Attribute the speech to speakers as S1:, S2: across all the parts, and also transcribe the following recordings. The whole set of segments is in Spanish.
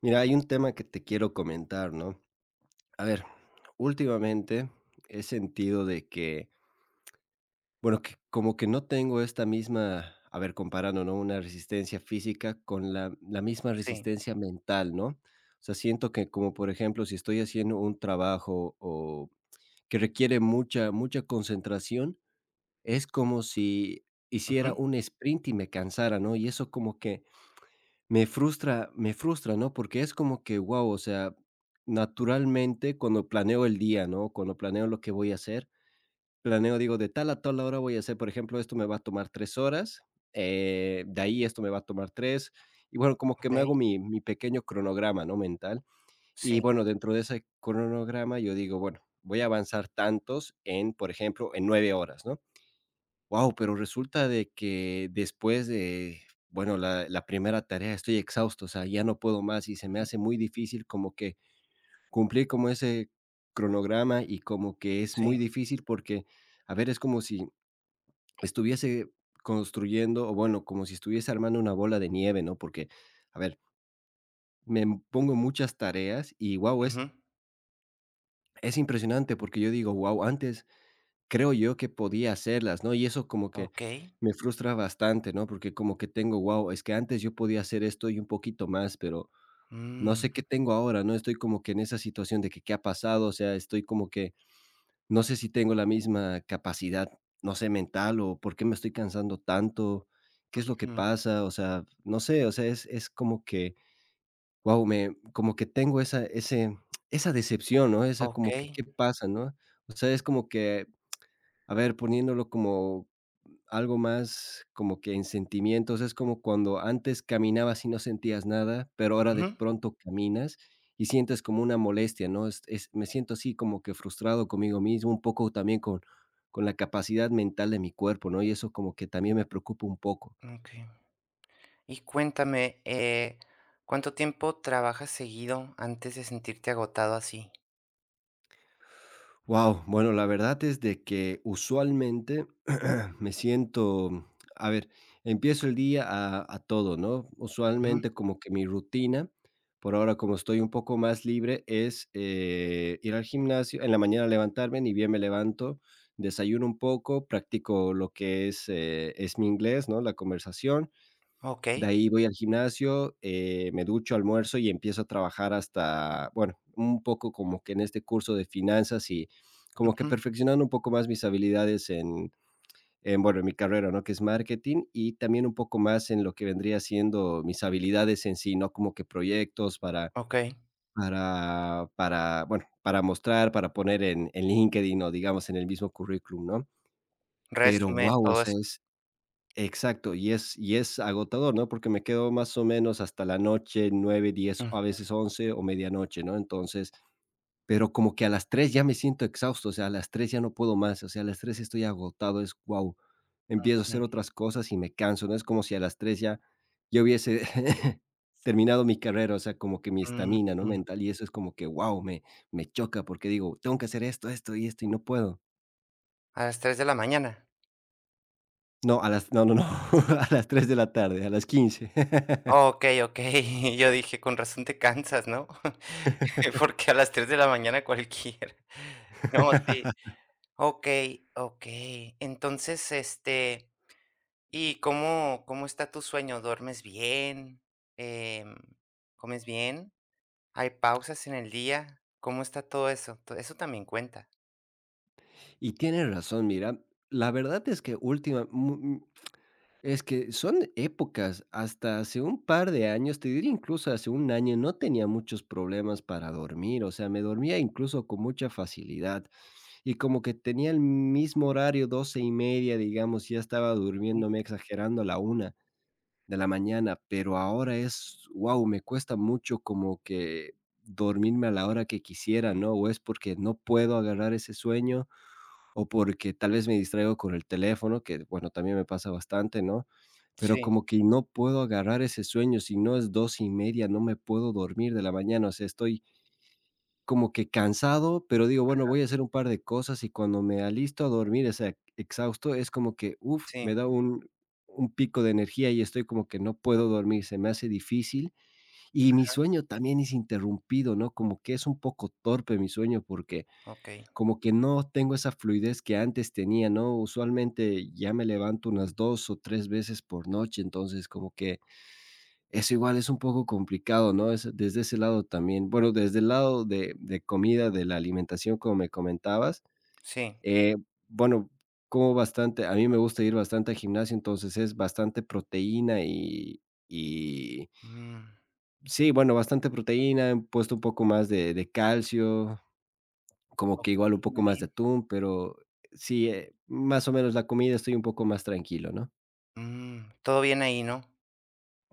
S1: Mira, hay un tema que te quiero comentar, ¿no? A ver, últimamente he sentido de que, bueno, que como que no tengo esta misma, a ver, comparando, ¿no? Una resistencia física con la misma
S2: Sí,
S1: resistencia mental, ¿no? O sea, siento que como por ejemplo, si estoy haciendo un trabajo o que requiere mucha, mucha concentración, es como si hiciera
S2: ujú,
S1: un sprint y me cansara, ¿no? Y eso como que me frustra, ¿no? Porque es como que, wow, o sea, naturalmente, cuando planeo el día, ¿no? Cuando planeo lo que voy a hacer, planeo, digo, de tal a tal hora voy a hacer, por ejemplo, esto me va a tomar 3 horas, de ahí esto me va a tomar tres, y bueno, como que me
S2: okey,
S1: hago mi pequeño cronograma, ¿no? Mental. Y
S2: sí,
S1: bueno, dentro de ese cronograma yo digo, bueno, voy a avanzar tantos en, por ejemplo, en 9 horas, ¿no? Wow, pero resulta de que después de, bueno, la primera tarea estoy exhausto, o sea, ya no puedo más y se me
S2: ujú,
S1: hace muy difícil como que cumplir como ese cronograma, y como que es
S2: sí,
S1: muy difícil porque, a ver, es como si estuviese construyendo o bueno, como si estuviese armando una bola de nieve, ¿no? Porque, a ver, me pongo muchas tareas y, wow,
S2: ujú,
S1: es impresionante, porque yo digo: wow, antes creo yo que podía hacerlas, ¿no? Y eso como que
S2: okey,
S1: me frustra bastante, ¿no? Porque como que tengo, wow, es que antes yo podía hacer esto y un poquito más, pero no
S2: mm,
S1: sé qué tengo ahora, ¿no? Estoy como que en esa situación de que qué ha pasado, o sea, estoy como que no sé si tengo la misma capacidad, no sé, mental, o por qué me estoy cansando tanto, qué es lo que
S2: ujú,
S1: pasa, o sea, no sé, o sea, es como que, wow, me, como que tengo esa decepción, ¿no? Esa como que,
S2: okey,
S1: ¿qué pasa? ¿No? O sea, es como que, a ver, poniéndolo como algo más como que en sentimientos, es como cuando antes caminabas y no sentías nada, pero ahora de
S2: ujú,
S1: pronto caminas y sientes como una molestia, ¿no? Es me siento así como que frustrado conmigo mismo, un poco también con la capacidad mental de mi cuerpo, ¿no? Y eso como que también me preocupa un poco.
S2: okey. Y cuéntame, ¿cuánto tiempo trabajas seguido antes de sentirte agotado así?
S1: Wow, bueno, la verdad es de que usualmente me siento, a ver, empiezo el día a todo, ¿no?
S2: Ujú,
S1: Usualmente como que mi rutina, por ahora como estoy un poco más libre, es ir al gimnasio, en la mañana levantarme, ni bien me levanto, desayuno un poco, practico lo que es mi inglés, ¿no? La conversación, de
S2: okey,
S1: ahí voy al gimnasio, me ducho, almuerzo y empiezo a trabajar hasta, bueno, un poco como que en este curso de finanzas y como que
S2: ujú,
S1: perfeccionando un poco más mis habilidades en, bueno, en mi carrera, ¿no? Que es marketing, y también un poco más en lo que vendría siendo mis habilidades en sí, ¿no? Como que proyectos para,
S2: okey.
S1: bueno, para mostrar, para poner en, LinkedIn o digamos en el mismo currículum, ¿no? Pero
S2: Resume
S1: wow, o
S2: todo
S1: sea,
S2: eso.
S1: exacto, y es agotador, ¿no? Porque me quedo más o menos hasta la noche, nueve, diez, a
S2: Ujú,
S1: veces 11 o medianoche, ¿no? Entonces, pero como que a las 3 ya me siento exhausto, o sea, a las 3 ya no puedo más, o sea, a las 3 estoy agotado, es, wow, empiezo a
S2: mm,
S1: hacer otras cosas y me canso, ¿no? Es como si a las 3 ya yo hubiese terminado mi carrera, o sea, como que mi
S2: mm.
S1: estamina, ¿no?
S2: Mm.
S1: Mental, y eso es como que, wow, me choca porque digo: "Tengo que hacer esto, esto y esto, y no puedo".
S2: ¿A las 3 de la mañana?
S1: No, a las, no, no, no, a las 3 de la tarde, a las quince.
S2: Okey, okey. Yo dije: "Con razón te cansas", ¿no? Porque a las 3 de la mañana cualquiera. No, sí. Okey, okey. Entonces, este, ¿y cómo está tu sueño? ¿Duermes bien? Em, ¿comes bien? ¿Hay pausas en el día? ¿Cómo está todo eso? To eso también cuenta.
S1: Y tienes razón, mira, la verdad es que es que son épocas, hasta hace un par de años, te diría incluso hace un año, no tenía muchos problemas para dormir, o sea, me dormía incluso con mucha facilidad y como que tenía el mismo horario, doce y media, digamos, ya estaba
S2: Mm,
S1: durmiéndome, exagerando, a la una de la mañana, pero ahora es, wow, me cuesta mucho como que dormirme a la hora que quisiera, ¿no? O es porque no puedo agarrar ese sueño, o porque tal vez me distraigo con el teléfono, que bueno, también me pasa bastante, ¿no? Pero
S2: sí,
S1: como que no puedo agarrar ese sueño, si no es dos y media, no me puedo dormir de la mañana, o sea, estoy como que cansado, pero digo, bueno, voy a hacer un par de cosas, y cuando me alisto a dormir, o sea, exhausto, es como que, uff,
S2: sí,
S1: me da un pico de energía y estoy como que no puedo dormir, se me hace difícil. Y mi sueño también es interrumpido, ¿no? Como que es un poco torpe mi sueño, porque
S2: okey,
S1: como que no tengo esa fluidez que antes tenía, ¿no? Usualmente ya me levanto unas 2 o 3 veces por noche, entonces como que eso igual es un poco complicado, ¿no? Es desde ese lado también. Bueno, desde el lado de comida, de la alimentación, como me comentabas,
S2: sí.
S1: eh, bueno, como bastante, a mí me gusta ir bastante al gimnasio, entonces es bastante proteína, y
S2: Mm,
S1: sí, bueno, bastante proteína, he puesto un poco más de calcio, como que igual
S2: okey,
S1: un
S2: muy
S1: poco más de
S2: bien.
S1: atún, pero sí, más o menos la comida, estoy un poco más tranquilo, ¿no?
S2: Mm, todo bien ahí, ¿no?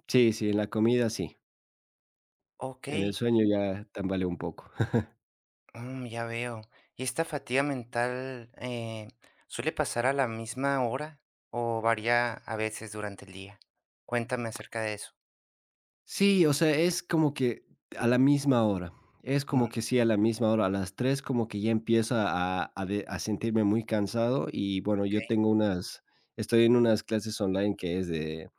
S1: Sí, sí, en la comida sí, en
S2: Okey.
S1: el sueño ya tambaleo un poco.
S2: Mm, ya veo. ¿Y esta fatiga mental suele pasar a la misma hora o varía a veces durante el día? Cuéntame acerca de eso.
S1: Sí, o sea, es como que a la misma hora, es
S2: Mm,
S1: como que sí, a la misma hora, a las 3 como que ya empiezo a sentirme muy cansado, y bueno,
S2: ok.
S1: yo tengo unas estoy en unas clases online que es de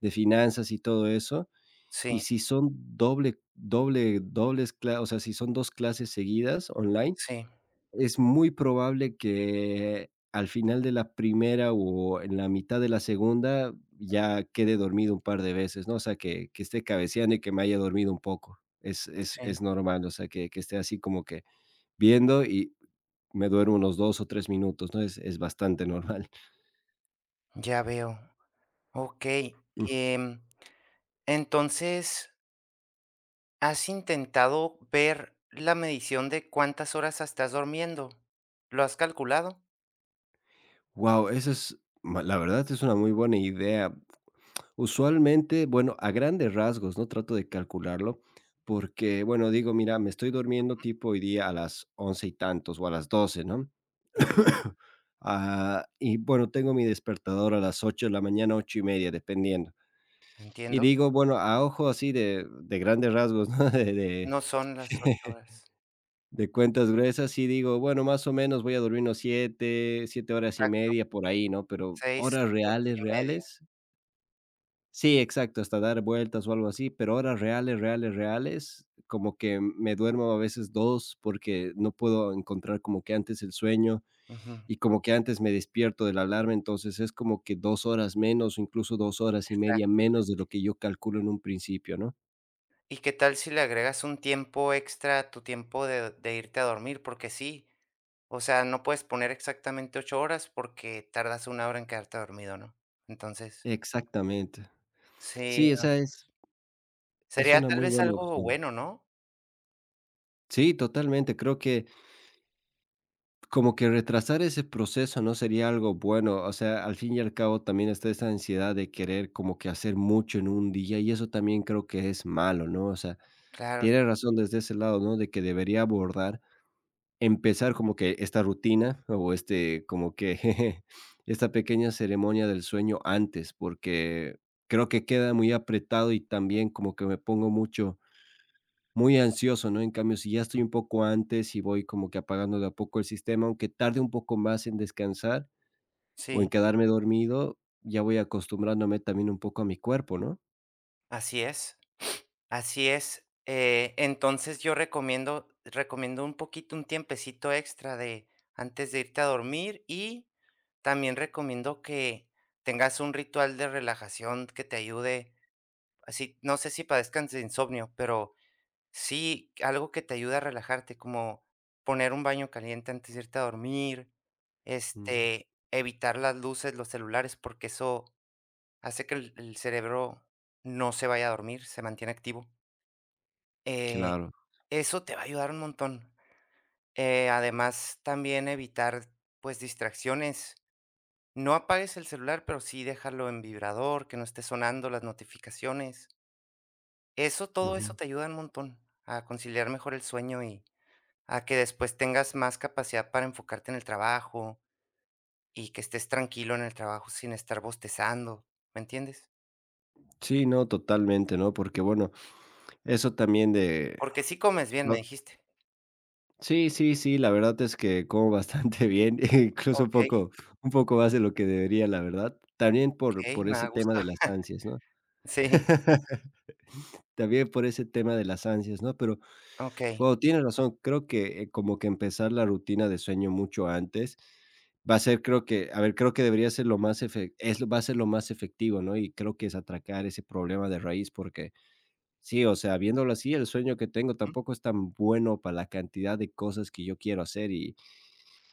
S1: finanzas y todo eso,
S2: Sí,
S1: y si son doble doble dobles cla o sea, si son 2 clases seguidas online,
S2: sí,
S1: es muy probable que al final de la primera o en la mitad de la segunda ya quede dormido un par de veces, ¿no? O sea, que esté cabeceando y que me haya dormido un poco. Es es
S2: sí.
S1: es normal, o sea, que esté así como que viendo, y me duermo unos 2 o 3 minutos, ¿no? Es bastante normal.
S2: Ya veo. Ok. em, entonces, ¿has intentado ver la medición de cuántas horas estás durmiendo? ¿Lo has calculado?
S1: Wow, esa es ma la verdad es una muy buena idea. Usualmente, bueno, a grandes rasgos, ¿no? Trato de calcularlo porque, bueno, digo, mira, me estoy durmiendo tipo hoy día a las 11 y tantos o a las doce, ¿no? Ah, y bueno, tengo mi despertador a las 8 de la mañana, 8 y media, dependiendo. Y
S2: Entiendo.
S1: digo, bueno, a ojo así de, grandes rasgos, ¿no? De, de,
S2: No son las 8 horas.
S1: de cuentas gruesas, y digo, bueno, más o menos voy a dormir unos 7 horas y
S2: Exacto.
S1: media por ahí, ¿no? Pero
S2: Seis
S1: horas
S2: horas
S1: reales,
S2: y media.
S1: reales. Sí, exacto, hasta dar vueltas o algo así, pero horas reales, reales, reales, como que me duermo a veces dos, porque no puedo encontrar como que antes el sueño,
S2: Ujú.
S1: y como que antes me despierto de la alarma, entonces es como que 2 horas menos, o incluso 2 horas y media menos de lo que yo calculo en un principio, ¿no?
S2: ¿Y qué tal si le agregas un tiempo extra a tu tiempo de irte a dormir? Porque sí, o sea, no puedes poner exactamente 8 horas porque tardas una hora en quedarte dormido, ¿no? Entonces,
S1: Exactamente.
S2: sí,
S1: Sí, esa es
S2: sería
S1: una
S2: tal
S1: muy
S2: vez
S1: buena
S2: algo
S1: opción.
S2: bueno, ¿no?
S1: Sí, totalmente, creo que como que retrasar ese proceso no sería algo bueno, o sea, al fin y al cabo también está esa ansiedad de querer como que hacer mucho en un día, y eso también creo que es malo, ¿no? O sea,
S2: Claro,
S1: tiene razón desde ese lado, ¿no? De que debería abordar, empezar como que esta rutina o este, como que jeje, esta pequeña ceremonia del sueño antes, porque creo que queda muy apretado, y también como que me pongo mucho muy ansioso, ¿no? En cambio, si ya estoy un poco antes y voy como que apagando de a poco el sistema, aunque tarde un poco más en descansar o
S2: sí,
S1: en quedarme dormido, ya voy acostumbrándome también un poco a mi cuerpo, ¿no?
S2: así es, así es. Entonces yo recomiendo, recomiendo un poquito, un tiempecito extra de antes de irte a dormir y también recomiendo que tengas un ritual de relajación que te ayude. Así, no sé si padezcas de insomnio, pero sí algo que te ayuda a relajarte, como poner un baño caliente antes de irte a dormir,
S1: Mm,
S2: este, evitar las luces, los celulares, porque eso hace que el cerebro no se vaya a dormir, se mantiene activo. Eh,
S1: claro.
S2: eso te va a ayudar un montón. Además, también evitar, pues, distracciones. No apagues el celular, pero sí déjalo en vibrador, que no esté sonando las notificaciones. Eso, todo eso
S1: Ujú.
S2: te ayuda un montón a conciliar mejor el sueño y a que después tengas más capacidad para enfocarte en el trabajo y que estés tranquilo en el trabajo sin estar bostezando, ¿me entiendes?
S1: Sí, no, totalmente, ¿no? Porque bueno, eso también de
S2: Porque sí comes bien, me
S1: no.
S2: dijiste.
S1: Sí, sí, sí, la verdad es que como bastante bien, e incluso
S2: Okey,
S1: un poco más de lo que debería, la verdad. También
S2: okey,
S1: por
S2: me
S1: ese
S2: da
S1: tema
S2: gusto.
S1: de las ansias, ¿no?
S2: Sí,
S1: También por ese tema de las ansias, ¿no? Pero,
S2: okey.
S1: guau, tienes razón. Creo que, como que empezar la rutina de sueño mucho antes va a ser, creo que, a ver, creo que debería ser lo más efe es lo- va a ser lo más efectivo, ¿no? Y creo que es atracar ese problema de raíz, porque sí, o sea, viéndolo así, el sueño que tengo
S2: Ujú,
S1: tampoco es tan bueno para la cantidad de cosas que yo quiero hacer. Y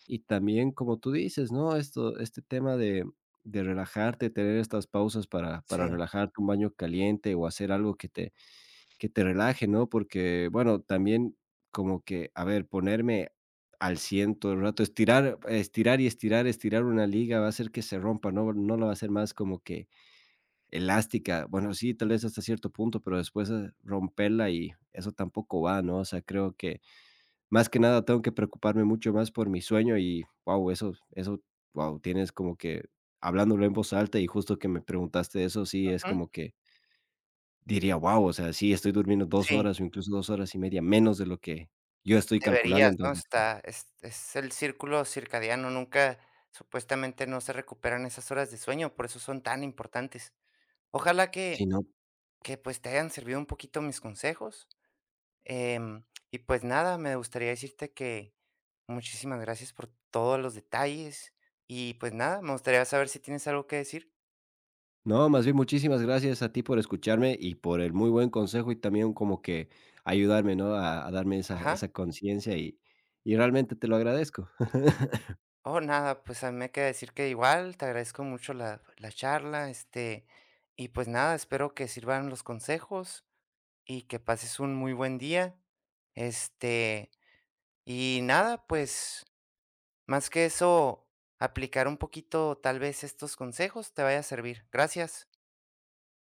S1: y también, como tú dices, ¿no? Esto este tema de relajarte, tener estas pausas para
S2: sí,
S1: relajarte, un baño caliente o hacer algo que te relaje, ¿no? Porque, bueno, también como que, a ver, ponerme al 100 todo el rato, estirar, estirar y estirar, estirar una liga va a hacer que se rompa, ¿no? No la va a hacer más como que elástica. Bueno, sí, tal vez hasta cierto punto, pero después, romperla y eso tampoco va, ¿no? O sea, creo que más que nada tengo que preocuparme mucho más por mi sueño y, wow, eso, wow, tienes como que, hablándolo en voz alta y justo que me preguntaste eso, sí, es
S2: ujú,
S1: como que diría: "Guau, o sea, sí, estoy durmiendo dos
S2: sí,
S1: horas o incluso 2 horas y media menos de lo que yo estoy calculando",
S2: deberías, ¿no?
S1: entonces sí,
S2: Está es el círculo circadiano, nunca supuestamente no se recuperan esas horas de sueño, por eso son tan importantes. Ojalá que
S1: sí, no.
S2: que, pues, te hayan servido un poquito mis consejos. Em, y pues nada, me gustaría decirte que muchísimas gracias por todos los detalles y pues nada, me gustaría saber si tienes algo que decir.
S1: No, más bien muchísimas gracias a ti por escucharme y por el muy buen consejo, y también como que ayudarme, ¿no? A darme
S2: Ajá.
S1: esa conciencia, y realmente te lo agradezco.
S2: Oh, nada, pues a mí me queda decir que igual, te agradezco mucho la charla, este, y pues nada, espero que sirvan los consejos y que pases un muy buen día. Este, y nada, pues más que eso, aplicar un poquito tal vez estos consejos te vaya a servir. Gracias.